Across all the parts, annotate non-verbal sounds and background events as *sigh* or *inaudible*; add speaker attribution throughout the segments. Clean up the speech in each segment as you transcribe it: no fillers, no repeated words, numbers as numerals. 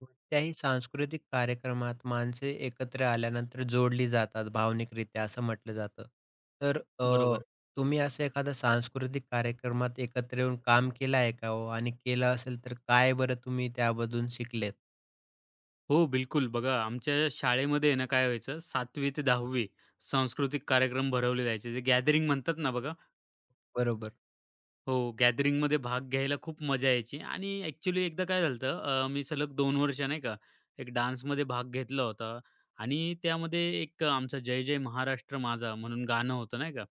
Speaker 1: कोणत्याही सांस्कृतिक कार्यक्रमात माणसे एकत्र आल्यानंतर जोडली जातात भावनिकरित्या असं म्हटलं जातं. तर
Speaker 2: बरोबर.
Speaker 1: तुम्ही असं एखादा सांस्कृतिक कार्यक्रमात एकत्र येऊन काम केलं आहे का हो? आणि केलं असेल तर काय बरं तुम्ही त्यामधून शिकलेत?
Speaker 2: हो, बिलकुल. बघा आमच्या शाळेमध्ये आहे ना, काय व्हायचं 7वी ते 10वी सांस्कृतिक कार्यक्रम भरवले जायचे. जे गॅदरिंग म्हणतात ना बघा,
Speaker 1: बरोबर.
Speaker 2: हो, गॅदरिंगमध्ये भाग घ्यायला खूप मजा यायची आणि ॲक्चुअली एकदा काय झालं होतं मी सलग 2 वर्ष नाही का, एक डान्समध्ये भाग घेतला होता आणि त्यामध्ये एक आमचा जय जय महाराष्ट्र माझा म्हणून गाणं होतं नाही का.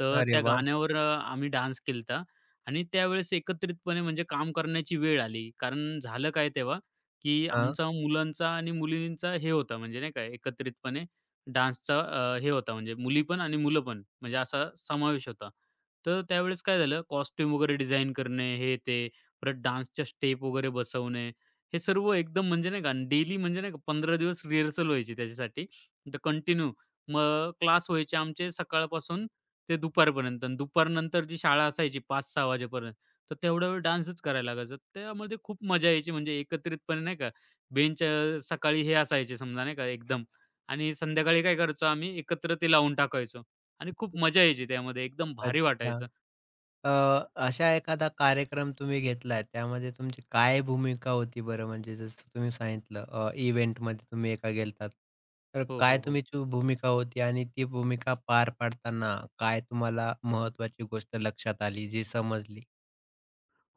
Speaker 2: तर
Speaker 1: अरे
Speaker 2: त्या
Speaker 1: वाह!
Speaker 2: गाण्यावर आम्ही डान्स होता आणि त्यावेळेस एकत्रितपणे म्हणजे काम करण्याची वेळ आली. कारण झालं काय तेव्हा, की
Speaker 1: हां.
Speaker 2: आमचा मुलांचा आणि मुलींचा हे होता म्हणजे नाही का एकत्रितपणे डान्सचा हे होता म्हणजे मुली पण आणि मुलं पण म्हणजे असा समावेश होता. तर त्यावेळेस काय झालं कॉस्ट्यूम वगैरे डिझाइन करणे, हे ते, परत डान्सच्या स्टेप वगैरे बसवणे, हे सर्व एकदम म्हणजे नाही का डेली म्हणजे नाही का 15 दिवस रिहर्सल व्हायची त्याच्यासाठी. तर कंटिन्यू मग क्लास व्हायचे आमचे सकाळपासून ते दुपारपर्यंत आणि दुपारनंतर जी शाळा असायची 5-6 वाजेपर्यंत, तर तेवढा वेळ डान्सच करायला लागायचा. त्यामध्ये खूप मजा यायची म्हणजे एकत्रितपणे नाही का बेंच सकाळी हे असायचे समजा नाही का एकदम आणि संध्याकाळी काय करायचो आम्ही एकत्र ते लावून टाकायचो आणि खूप मजा यायची त्यामध्ये एकदम भारी
Speaker 1: अच्छा.
Speaker 2: वाटायचं.
Speaker 1: अ, अशा एखादा कार्यक्रम तुम्ही घेतलाय त्यामध्ये तुमची काय भूमिका होती बरं? म्हणजे जसं तुम्ही सांगितलं इव्हेंटमध्ये तुम्ही एका गेलतात. तर
Speaker 2: हो,
Speaker 1: काय
Speaker 2: हो, हो.
Speaker 1: तुमची भूमिका होती आणि ती भूमिका पार पाडताना काय तुम्हाला महत्त्वाची गोष्ट लक्षात आली जी समजली?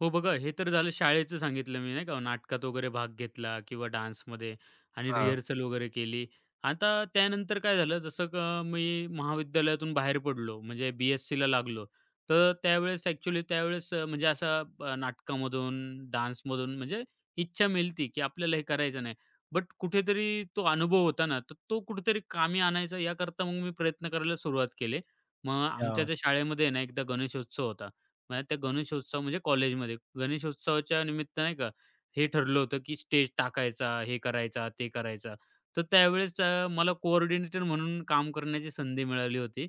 Speaker 2: हो, बघा हे तर झालं शाळेचं सांगितलं मी नाही का, नाटकात वगैरे भाग घेतला किंवा डान्समध्ये आणि
Speaker 1: हां.
Speaker 2: रिहर्सल वगैरे केली. आता त्यानंतर काय झालं जसं का मी महाविद्यालयातून बाहेर पडलो म्हणजे बी-एस-सीला लागलो. तर त्यावेळेस ॲक्चुअली त्यावेळेस म्हणजे असा नाटकामधून, डान्समधून म्हणजे इच्छा मिळती, की आपल्याला हे करायचं नाही. बट कुठेतरी तो अनुभव होता ना, तर तो कुठेतरी कामी आणायचा याकरता मग मी प्रयत्न करायला सुरुवात केले. मग
Speaker 1: अच्छा.
Speaker 2: आमच्या त्या शाळेमध्ये ना, एकदा गणेशोत्सव होता. म्हणजे त्या गणेशोत्सव म्हणजे कॉलेजमध्ये. गणेशोत्सवाच्या निमित्त नाही का, हे ठरलं होतं की स्टेज टाकायचा, हे करायचा, ते करायचा. तर त्यावेळेस मला कोऑर्डिनेटर म्हणून काम करण्याची संधी मिळाली होती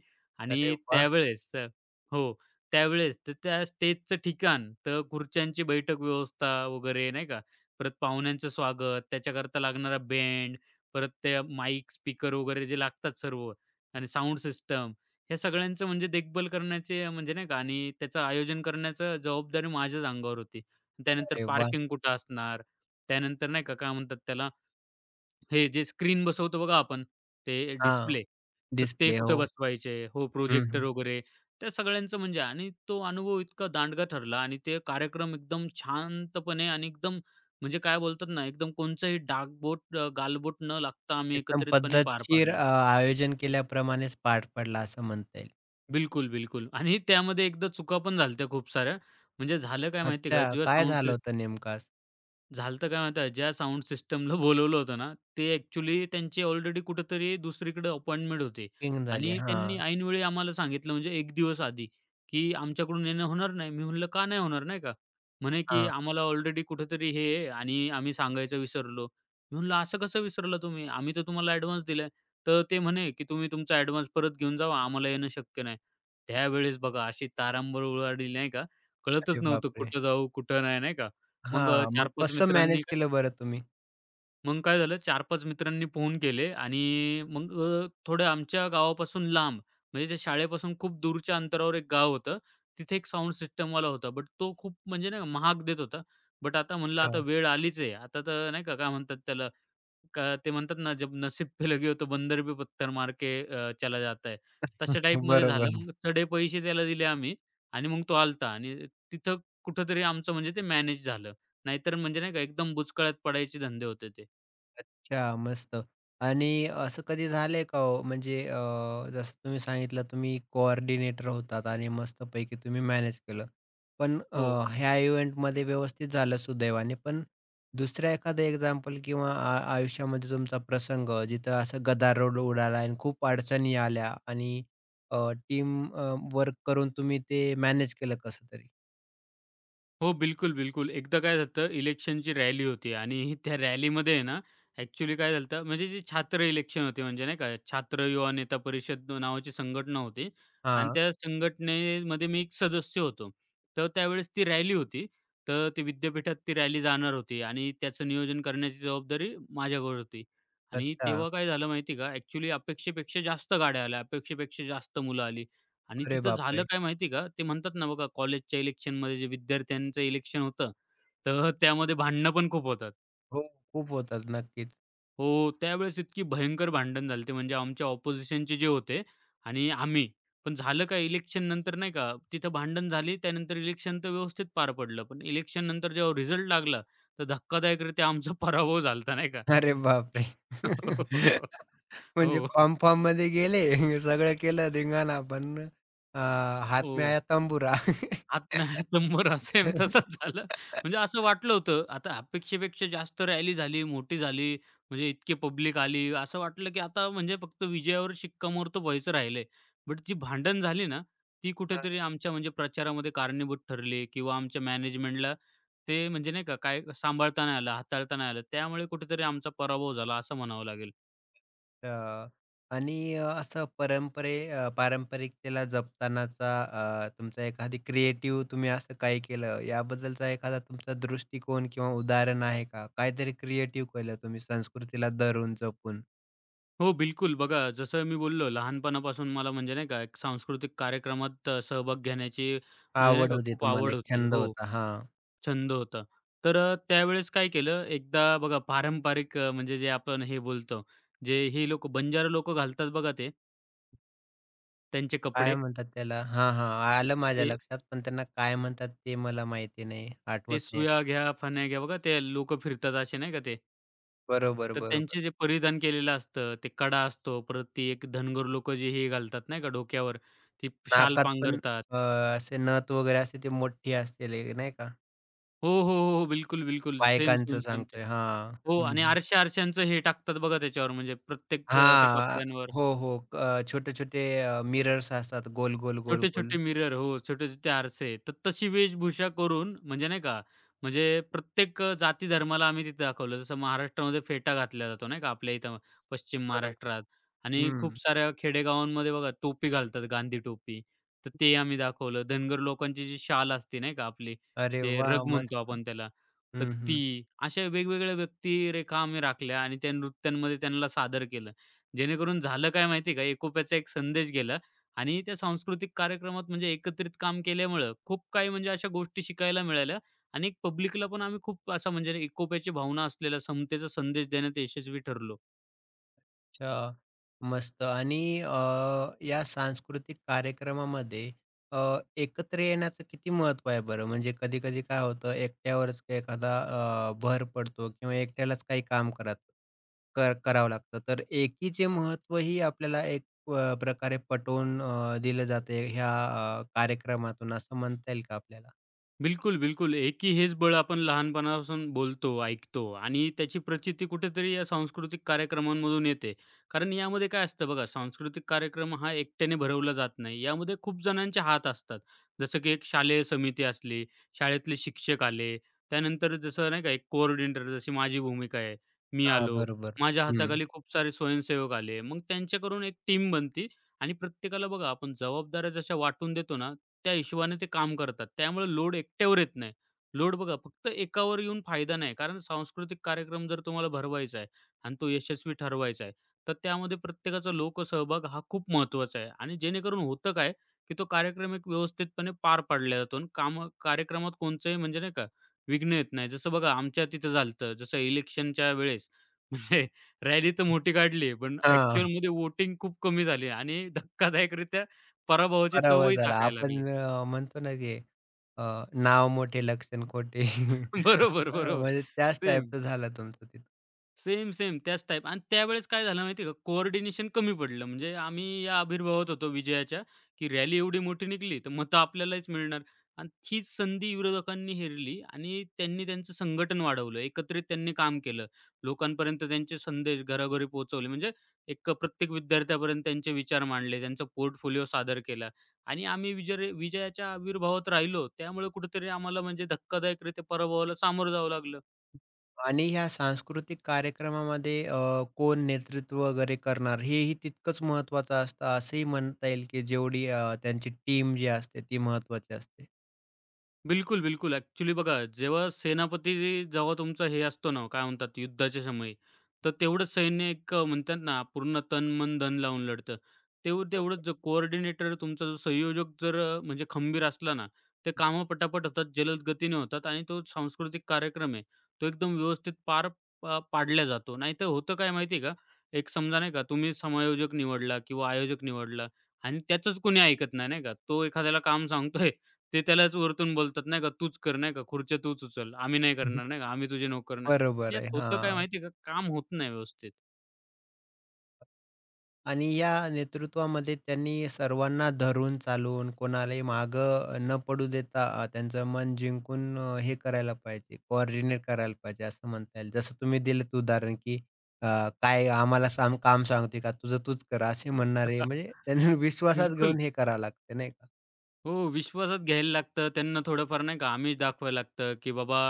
Speaker 1: अरे
Speaker 2: आणि
Speaker 1: वाह!
Speaker 2: त्यावेळेस हो. त्यावेळेस तर त्या स्टेजचं ठिकाण, तर खुर्च्यांची बैठक व्यवस्था वगैरे नाही का, परत पाहुण्यांचं स्वागत, त्याच्याकरता लागणारा बँड, परत त्या माईक, स्पीकर वगैरे जे लागतात सर्व आणि साउंड सिस्टम ह्या सगळ्यांचं म्हणजे देखभाल करण्याचे म्हणजे नाही का आणि त्याचं आयोजन करण्याचं जबाबदारी माझ्याच अंगावर होती. त्यानंतर
Speaker 1: अरे वाह!
Speaker 2: पार्किंग कुठं असणार, त्यानंतर नाही का काय म्हणतात त्याला, हे जे स्क्रीन बसवतो बघा आपण, ते
Speaker 1: हां.
Speaker 2: डिस्प्ले, तर ते
Speaker 1: डिस्प्ले हो.
Speaker 2: कुठं बसवायचे हो,
Speaker 1: हं,
Speaker 2: प्रोजेक्टर
Speaker 1: हं.
Speaker 2: वगैरे त्या सगळ्यांचं म्हणजे आणि तो अनुभव इतका दांडगा ठरला आणि ते कार्यक्रम एकदम शांतपणे आणि एकदम म्हणजे काय बोलतात ना, एकदम कोणचाही गालबोट न लागता आम्ही
Speaker 1: एकदम
Speaker 2: एकत्रितपणे पार
Speaker 1: पद्धतशीर
Speaker 2: पाडलं.
Speaker 1: आयोजन केल्याप्रमाणेच पार पडला असं म्हणता येईल.
Speaker 2: बिलकुल, बिलकुल. आणि त्यामध्ये एकदा चुका पण झाल्या होत्या खूप साऱ्या. म्हणजे झालं काय माहिती आहे का,
Speaker 1: अच्छा.
Speaker 2: जेव्हा
Speaker 1: काय
Speaker 2: साउंड
Speaker 1: झालं होतं नेमकं आज?
Speaker 2: झालं तर काय माहिती आहे, ज्या साउंड सिस्टमला *laughs* बोलवलं होतं ना, ते ॲक्चुअली त्यांची ऑलरेडी कुठेतरी दुसरीकडे अपॉइंटमेंट होती
Speaker 1: किंग झाली.
Speaker 2: आणि त्यांनी
Speaker 1: हां,
Speaker 2: ऐनवेळी आम्हाला सांगितलं म्हणजे एक दिवस आधी, की आमच्याकडून येणं होणार नाही. मी म्हटलं, "का नाही होणार?" नाही का. म्हणे, की
Speaker 1: हां.
Speaker 2: "आम्हाला ऑलरेडी कुठेतरी हे आहे आणि आम्ही सांगायचं विसरलो." मी म्हटलं, "असं कसं विसरलं तुम्ही? आम्ही तर तुम्हाला ॲडव्हान्स दिलाय." तर ते म्हणे, की "तुम्ही तुमचा ॲडव्हान्स परत घेऊन जावा. आम्हाला येणं शक्य नाही." त्यावेळेस बघा अशी तारांबळ उडाली नाही का. कळतच
Speaker 1: अरे
Speaker 2: नव्हतं
Speaker 1: बापरे!
Speaker 2: कुठं जाऊ, कुठं नाही, नाही का. मग
Speaker 1: हां, मग
Speaker 2: 4-5
Speaker 1: कसं
Speaker 2: मित्रांनी
Speaker 1: मॅनेज
Speaker 2: काय
Speaker 1: केलं बरं तुम्ही?
Speaker 2: मग काय झालं 4-5 मित्रांनी फोन केले आणि मग थोडं आमच्या गावापासून लांब, म्हणजे त्या शाळेपासून खूप दूरच्या अंतरावर एक गाव होतं. तिथे एक साउंड सिस्टमवाला होता. बट तो खूप म्हणजे नाही का महाग देत होता. बट आता म्हणलं आता
Speaker 1: हां.
Speaker 2: वेळ आलीच आहे. आता तर नाही का काय म्हणतात त्याला का ते म्हणतात ना, "जब नसीब पे लगे हो तो बंदर भी पत्थर मार के चला जाता है." तशा
Speaker 1: *laughs*
Speaker 2: टाईपमध्ये झालं.
Speaker 1: बरोबर.
Speaker 2: मग चढे पैसे त्याला दिले आम्ही आणि मग तो होता आणि तिथं कुठेतरी आमचं म्हणजे ते मॅनेज झालं. नाहीतर म्हणजे नाही का एकदम बुचकळ्यात पडायचे धंदे होते ते.
Speaker 1: अच्छा, मस्त. आणि असं कधी झालंय का हो, म्हणजे जसं तुम्ही सांगितलं तुम्ही कोऑर्डिनेटर होतात आणि मस्तपैकी तुम्ही मॅनेज केलं. पण
Speaker 2: हो.
Speaker 1: ह्या इव्हेंटमध्ये व्यवस्थित झालं सुदैवाने. पण दुसऱ्या एखादं एक्झाम्पल किंवा आयुष्यामध्ये तुमचा प्रसंग जिथं असं गदारोळ उडाला आणि खूप अडचणी आल्या आणि टीम वर्क करून तुम्ही ते मॅनेज केलं कसं तरी?
Speaker 2: हो, बिलकुल, बिलकुल. एकदा काय झालं होतं इलेक्शनची रॅली होती आणि *laughs* त्या रॅलीमध्ये आहे ना, ॲक्चुअली काय झालं होतं म्हणजे जे छात्र इलेक्शन होते म्हणजे नाही का, छात्र युवा नेता परिषद नावाची संघटना होती आणि त्या संघटनेमध्ये मी एक सदस्य होतो. तर त्यावेळेस ती रॅली होती. तर ते विद्यापीठात ती रॅली जाणार होती आणि त्याचं नियोजन करण्याची जबाबदारी माझ्याकडे होती. आणि
Speaker 1: अच्छा.
Speaker 2: तेव्हा काय झालं माहिती का, ॲक्चुअली अपेक्षेपेक्षा जास्त गाड्या आल्या, अपेक्षेपेक्षा जास्त मुलं आली. आणि
Speaker 1: अरे
Speaker 2: तिथं झालं
Speaker 1: बापरे!
Speaker 2: काय माहिती का? ते म्हणतात ना बघा कॉलेजच्या इलेक्शनमध्ये जे विद्यार्थ्यांचं इलेक्शन होतं, तर त्यामध्ये भांडणं पण खूप होतात.
Speaker 1: हो, खूप होतात नक्कीच.
Speaker 2: हो, त्यावेळेस इतकी भयंकर भांडण झाली होती म्हणजे आमच्या ऑपोझिशनचे जे होते आणि आम्ही. पण झालं काय इलेक्शन नंतर नाही का तिथं भांडण झाली. त्यानंतर इलेक्शन तर व्यवस्थित पार पडलं. पण इलेक्शन नंतर जेव्हा रिझल्ट लागला, तर धक्कादायकरीत्या आमचा *laughs* पराभव झाला नाही का?
Speaker 1: अरे बापरे!
Speaker 2: *laughs*
Speaker 1: *laughs* म्हणजे
Speaker 2: हो,
Speaker 1: पम-पममध्ये गेले, *laughs* सगळं केलं धिंगाणा, पण अ, हाथ में
Speaker 2: हो.
Speaker 1: आया तंबूरा.
Speaker 2: आत्म्या *laughs* सेम तसंच
Speaker 1: *laughs*
Speaker 2: झालं. म्हणजे असं वाटलं होतं, आता अपेक्षेपेक्षा जास्त रॅली झाली, मोठी झाली, म्हणजे इतकी पब्लिक आली. असं वाटलं, की आता म्हणजे फक्त विजयावर शिक्कामोर्तब व्हायचं राहिलंय. बट जी भांडण झाली ना, ती कुठेतरी आमच्या म्हणजे प्रचारामध्ये कारणीभूत ठरली किंवा आमच्या मॅनेजमेंटला ते म्हणजे नाही का, काय सांभाळता नाही आलं, हाताळता नाही आलं. त्यामुळे कुठेतरी आमचा पराभव झाला असं म्हणावं लागेल.
Speaker 1: अच्छा. आणि असं पारंपरिकतेला जपतानाचा तुमचा एखादी क्रिएटिव्ह तुम्ही असं काही केलं, याबद्दलचा एखादा तुमचा दृष्टिकोन किंवा उदाहरण आहे का? काहीतरी क्रिएटिव्ह केलं तुम्ही संस्कृतीला धरून, जपून?
Speaker 2: हो, बिलकुल. बघा, जसं मी बोललो लहानपणापासून मला म्हणजे नाही का एक सांस्कृतिक कार्यक्रमात सहभाग घेण्याची म्हणजे नाही
Speaker 1: आवड
Speaker 2: का
Speaker 1: होती
Speaker 2: खूप
Speaker 1: तुम्हाला,
Speaker 2: आवड
Speaker 1: एक
Speaker 2: होती.
Speaker 1: छंद
Speaker 2: हो,
Speaker 1: होता. हां.
Speaker 2: छंद होता. तर त्यावेळेस काय केलं, एकदा बघा म्हणजे जे आपण हे बोलतो, जे ही लोकं बंजारा लोकं घालतात बघा ते त्यांचे कपडे.
Speaker 1: काय म्हणतात त्याला? हां, हां. आलं माझ्या
Speaker 2: ते
Speaker 1: लक्षात, पण त्यांना काय म्हणतात ते मला माहिती नाही,
Speaker 2: ते
Speaker 1: आठवत नाही. असं.
Speaker 2: सुया घ्या, फण्या घ्या बघा ते लोकं फिरतात असे नाही का ते.
Speaker 1: बरोबर,
Speaker 2: तर
Speaker 1: बरोबर.
Speaker 2: त्यांचे जे परिधान केलेलं असतं, ते कडा असतो. परत ती एक धनगर लोकं जे हे घालतात नाही का डोक्यावर, ती शाल
Speaker 1: नाकात पण
Speaker 2: पांघरतात.
Speaker 1: अ, असे नथ वगैरे असते ती मोठी असते लई नाही का?
Speaker 2: हो, हो, हो, हो, बिलकुल, बिलकुल. सेम,
Speaker 1: बायकांचं
Speaker 2: सेम, सेम ते.
Speaker 1: सांगतोय. हां.
Speaker 2: हो
Speaker 1: हं,
Speaker 2: आणि
Speaker 1: हं.
Speaker 2: आरशा-आरशांचं हे टाकतात बघा त्याच्यावर म्हणजे प्रत्येक त्या
Speaker 1: हां.
Speaker 2: कपड्यांवर.
Speaker 1: हो, हो. छोटे-छोटे मिरर्स असतात गोल, गोल, गोल, गोल.
Speaker 2: छोटे-छोटे मिरर हो, छोटे-छोटे आरसे. तर तशी वेशभूषा करून म्हणजे नाही का, म्हणजे प्रत्येक जाती धर्माला आम्ही तिथे दाखवलं. जसं महाराष्ट्रामध्ये फेटा घातला जातो नाही का, आपल्या इथं पश्चिम
Speaker 1: बरोबर.
Speaker 2: महाराष्ट्रात आणि
Speaker 1: हं.
Speaker 2: खूप साऱ्या खेडेगावांमध्ये बघा टोपी घालतात, गांधी टोपी. तर ते आम्ही दाखवलं. धनगर लोकांची जी शाल असते नाही का आपली,
Speaker 1: अरे
Speaker 2: जे
Speaker 1: वाह!
Speaker 2: रग म्हणतो
Speaker 1: मस्त.
Speaker 2: आपण त्याला, तर
Speaker 1: हं, हं.
Speaker 2: ती अशा वेगवेगळ्या व्यक्तिरेखा आम्ही राखल्या आणि त्या नृत्यांमध्ये त्यांना सादर केलं. जेणेकरून झालं काय माहिती का, एकोप्याचा एक संदेश गेला आणि त्या सांस्कृतिक कार्यक्रमात म्हणजे एकत्रित काम केल्यामुळं खूप काही म्हणजे अशा गोष्टी शिकायला मिळाल्या आणि पब्लिकला पण आम्ही खूप असा म्हणजे एकोप्याची भावना असलेला समतेचा संदेश देण्यात यशस्वी ठरलो.
Speaker 1: अच्छा. मस्त आणि या सांस्कृतिक कार्यक्रमामध्ये अ, एकत्र येण्याचं किती महत्व आहे बरं? म्हणजे कधी-कधी काय होतं एकट्यावरच काही एखादा भर पडतो किंवा एकट्यालाच काही काम करत करावं लागतं. तर एकीचे महत्त्वही आपल्याला एक प्रकारे पटवून दिलं जाते ह्या कार्यक्रमातून असं म्हणता येईल का आपल्याला?
Speaker 2: बिलकुल, बिलकुल. एकी हेच बळ आपण लहानपणापासून बोलतो, ऐकतो आणि त्याची प्रचिती कुठेतरी या सांस्कृतिक कार्यक्रमांमधून येते. कारण यामध्ये काय असतं बघा, सांस्कृतिक कार्यक्रम हा एकट्याने भरवला जात नाही. यामध्ये खूप जणांचे हात असतात. जसं की एक शालेय समिती असली, शाळेतले शिक्षक आले, त्यानंतर जसं नाही का एक कोऑर्डिनेटर जशी माझी भूमिका आहे, मी
Speaker 1: हां,
Speaker 2: आलो.
Speaker 1: बरोबर.
Speaker 2: माझ्या
Speaker 1: हं.
Speaker 2: हाताखाली खूप सारे स्वयंसेवक आले. मग त्यांच्याकडून एक टीम बनती आणि प्रत्येकाला बघा आपण जबाबदाऱ्या जशा वाटून देतो ना त्या हिशोबाने ते काम करतात. त्यामुळे लोड एकट्यावर येत नाही. लोड बघा फक्त एकावर येऊन फायदा नाही. कारण सांस्कृतिक कार्यक्रम जर तुम्हाला भरवायचा आहे आणि तो यशस्वी ठरवायचा आहे, तर त्यामध्ये प्रत्येकाचा लोकसहभाग हा खूप महत्त्वाचा आहे आणि जेणेकरून होतं काय, की तो कार्यक्रम एक व्यवस्थितपणे पार पाडला जातो आणि कामं कार्यक्रमात कोणचंही म्हणजे नाही का विघ्न येत नाही. जसं बघा आमच्या तिथं झालं जसं इलेक्शनच्या वेळेस *laughs* म्हणजे रॅली तर मोठी काढली, पण
Speaker 1: हां.
Speaker 2: ॲक्चुअलमध्ये वोटिंग खूप कमी झाली आणि धक्कादायकरीत्या पराभवाची
Speaker 1: पराभव
Speaker 2: चवही
Speaker 1: झाला.
Speaker 2: चाखायला लागली.
Speaker 1: आपण म्हणतो ना, की नाव मोठे लक्षण खोटे.
Speaker 2: *laughs*
Speaker 1: *laughs*
Speaker 2: बरोबर, बरोबर.
Speaker 1: म्हणजे त्याच
Speaker 2: सेम,
Speaker 1: टाईपचं झालं तुमचं तिथं.
Speaker 2: सेम, सेम त्याच टाइप आणि त्यावेळेस काय झालं माहिती आहे का, कोऑर्डिनेशन कमी पडलं. म्हणजे आम्ही या आविर्भावात होतो विजयाच्या, की रॅली एवढी मोठी निघाली, तर मतं आपल्यालाच मिळणार आणि हीच संधी विरोधकांनी हेरली आणि त्यांनी त्यांचं संघटन वाढवलं. एकत्रित त्यांनी काम केलं. लोकांपर्यंत त्यांचे संदेश घरोघरी पोहोचवले. म्हणजे एक प्रत्येक विद्यार्थ्यापर्यंत त्यांचे विचार मांडले, त्यांचा पोर्टफोलिओ सादर केला आणि आम्ही विजयाच्या आविर्भावात राहिलो. त्यामुळे कुठेतरी आम्हाला म्हणजे धक्कादायकरीत्या पराभवाला सामोरं जावं लागलं.
Speaker 1: आणि ह्या सांस्कृतिक कार्यक्रमामध्ये कोण नेतृत्व वगैरे करणार हेही तितकंच महत्त्वाचं असतं असंही म्हणता येईल, की जेवढी त्यांची टीम जी असते ती महत्त्वाची असते.
Speaker 2: बिलकुल, बिलकुल. ॲक्चुअली बघा, जेव्हा तुमचा हे असतो ना, काय म्हणतात युद्धाच्या समयी, तर तेवढंच सैन्य म्हणतात ना, पूर्ण तन, मन, धन लावून लढतं. तेवढंच
Speaker 1: बरोबर.
Speaker 2: जो कोऑर्डिनेटर तुमचा जो संयोजक जर म्हणजे खंबीर असला ना, ते कामं पटापट होतात, जलद गतीने होतात आणि तो सांस्कृतिक कार्यक्रम आहे, तो एकदम व्यवस्थित पार पाडला जातो. नाहीतर होतं काय माहिती आहे का, एक समजा नाही का, तुम्ही समायोजक निवडला किंवा आयोजक निवडला आणि त्याचंच कोणी ऐकत नाही, नाही का. तो एखाद्याला काम सांगतोय ते त्यालाच वरतून बोलतात नाही का, "तूच कर नाही का, खुर्च्या तूच उचल. आम्ही नाही करणार नाही का,
Speaker 1: *laughs*
Speaker 2: आम्ही तुझे नोकर नाही."
Speaker 1: बरोबर आहे.
Speaker 2: यात होतं काय
Speaker 1: हां.
Speaker 2: माहिती आहे का, काम होत नाही व्यवस्थित.
Speaker 1: आणि या नेतृत्वामध्ये त्यांनी सर्वांना धरून चालवून, कोणालाही मागं न पडू देता त्यांचं मन जिंकून हे करायला पाहिजे, कोऑर्डिनेट करायला पाहिजे असं म्हणता येईल. जसं तुम्ही दिलंत उदाहरण, की अ, "काय आम्हाला सांग काम सांगतोय का? तुझं तूच कर." असे म्हणणारे
Speaker 2: *laughs*
Speaker 1: म्हणजे त्यांनी *laughs* विश्वासात
Speaker 2: बिलकुल.
Speaker 1: घेऊन हे करावं लागते नाही का?
Speaker 2: हो, विश्वासात घ्यायला लागतं. त्यांना थोडंफार नाही का आमिष दाखवायला लागतं, की बाबा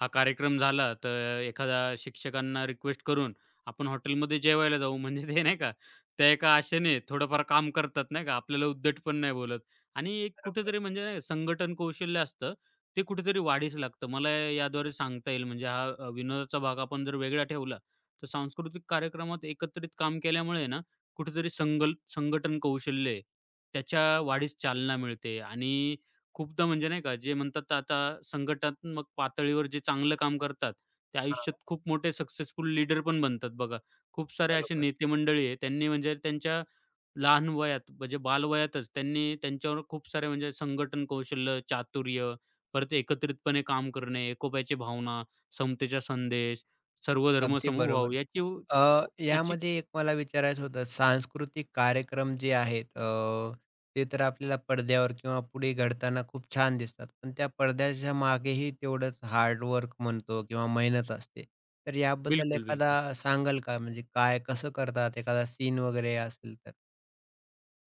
Speaker 2: हा कार्यक्रम झाला, तर एखादा शिक्षकांना रिक्वेस्ट करून आपण हॉटेलमध्ये जेवायला जाऊ. म्हणजे ते नाही का, त्या एका आशेने थोडंफार काम करतात नाही का. आपल्याला उद्धट पण नाही बोलत आणि एक कुठेतरी म्हणजे नाही का संघटन कौशल्य असतं, ते कुठेतरी वाढीस लागतं. मला याद्वारे सांगता येईल म्हणजे विनोदाचा भाग आपण जर वेगळा ठेवला, तर सांस्कृतिक कार्यक्रमात एकत्रित काम केल्यामुळे ना, कुठेतरी संघटन कौशल्य आहे, त्याच्या वाढीस चालना मिळते आणि खूपदा म्हणजे नाही का, जे म्हणतात आता संघटनात्मक पातळीवर जे चांगलं काम करतात, ते
Speaker 1: हां,
Speaker 2: आयुष्यात खूप मोठे सक्सेसफुल लीडर पण बनतात बघा. खूप सारे असे
Speaker 1: बरोबर.
Speaker 2: नेते मंडळी आहे, त्यांनी म्हणजे त्यांच्या लहान वयात म्हणजे बालवयातच त्यांनी त्यांच्यावर खूप सारे म्हणजे संघटन कौशल्य, चातुर्य, परत एकत्रितपणे काम करणे, एकोप्याची भावना, समतेचा संदेश, सर्वधर्म
Speaker 1: अगदी बरोबर.
Speaker 2: समभाव याची याची
Speaker 1: यामध्ये एक मला विचारायचं होतं, सांस्कृतिक कार्यक्रम जे आहेत ते तर आपल्याला पडद्यावर किंवा पुढे घडताना खूप छान दिसतात. पण त्या पडद्याच्या मागेही तेवढंच हार्ड वर्क म्हणतो किंवा मेहनत असते. तर याबद्दल
Speaker 2: बिलकुल,
Speaker 1: एखादा
Speaker 2: बिलकुल.
Speaker 1: सांगाल का? म्हणजे काय कसं करतात? एखादा सीन वगैरे असेल तर?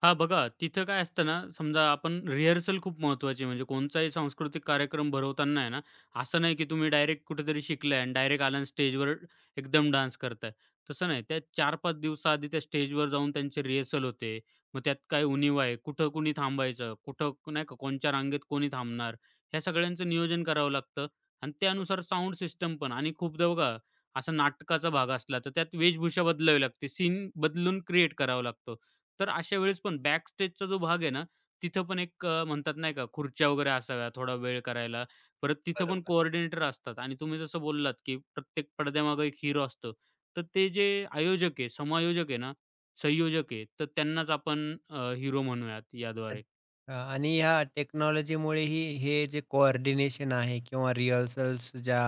Speaker 2: हा बघा तिथं काय असतं ना, समजा आपण रिहर्सल खूप महत्त्वाची आहे. म्हणजे कोणताही सांस्कृतिक कार्यक्रम भरवताना आहे ना, असं नाही की तुम्ही डायरेक्ट कुठेतरी शिकलाय आणि डायरेक्ट आला आणि स्टेजवर एकदम डान्स करताय. तसं नाही. त्या 4-5 दिवसाआधी त्या स्टेजवर जाऊन त्यांची रिहर्सल होते. मग त्यात काय उणिवा आहे, कुठं कुणी थांबायचं, नाही का कोणच्या रांगेत कोणी थांबणार, ह्या सगळ्यांचं नियोजन करावं लागतं आणि त्यानुसार साउंड सिस्टम पण. आणि खूपदा बघा असा नाटकाचा भाग असला, तर त्यात वेशभूषा बदलावी लागते, सीन बदलून क्रिएट करावा लागतो. तर अशा वेळेस पण बॅक स्टेजचा जो भाग आहे ना, तिथं पण म्हणतात नाही का, खुर्च्या वगैरे असाव्या थोडा वेळ करायला. परत तिथं पण
Speaker 1: बरोबर.
Speaker 2: कोऑर्डिनेटर असतात आणि तुम्ही जसं बोललात, की प्रत्येक पडद्यामागे एक हिरो असतो. तर ते जे आयोजक आहे, समायोजक आहे ना, संयोजक आहे, तर त्यांनाच आपण हिरो म्हणूयात याद्वारे.
Speaker 1: अच्छा. आणि ह्या टेक्नॉलॉजीमुळेही हे जे कोऑर्डिनेशन आहे किंवा रिहर्सल्स ज्या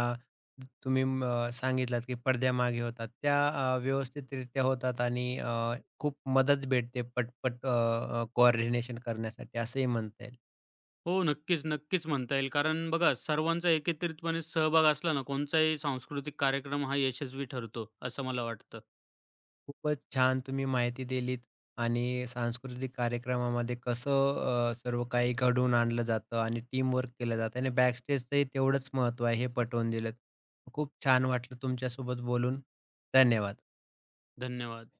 Speaker 1: तुम्ही सांगितलात की पडद्यामागे होतात त्या व्यवस्थितरित्या होतात आणि खूप मदत भेटते पटपट कोऑर्डिनेशन करण्यासाठी असंही म्हणता येईल.
Speaker 2: हो, नक्कीच, नक्कीच म्हणता येईल. कारण बघा, सर्वांचा एकत्रितपणे सहभाग असला ना, कोणताही सांस्कृतिक कार्यक्रम हा यशस्वी ठरतो, असं मला वाटतं.
Speaker 1: खूपच छान तुम्ही माहिती दिलीत आणि सांस्कृतिक कार्यक्रमामध्ये कसं सर्व काही घडवून आणलं जातं आणि टीमवर्क केलं जातं आणि बॅकस्टेजचंही तेवढंच महत्त्व आहे हे पटवून दिलं. खूप छान वाटलं तुमच्यासोबत बोलून. धन्यवाद.
Speaker 2: धन्यवाद.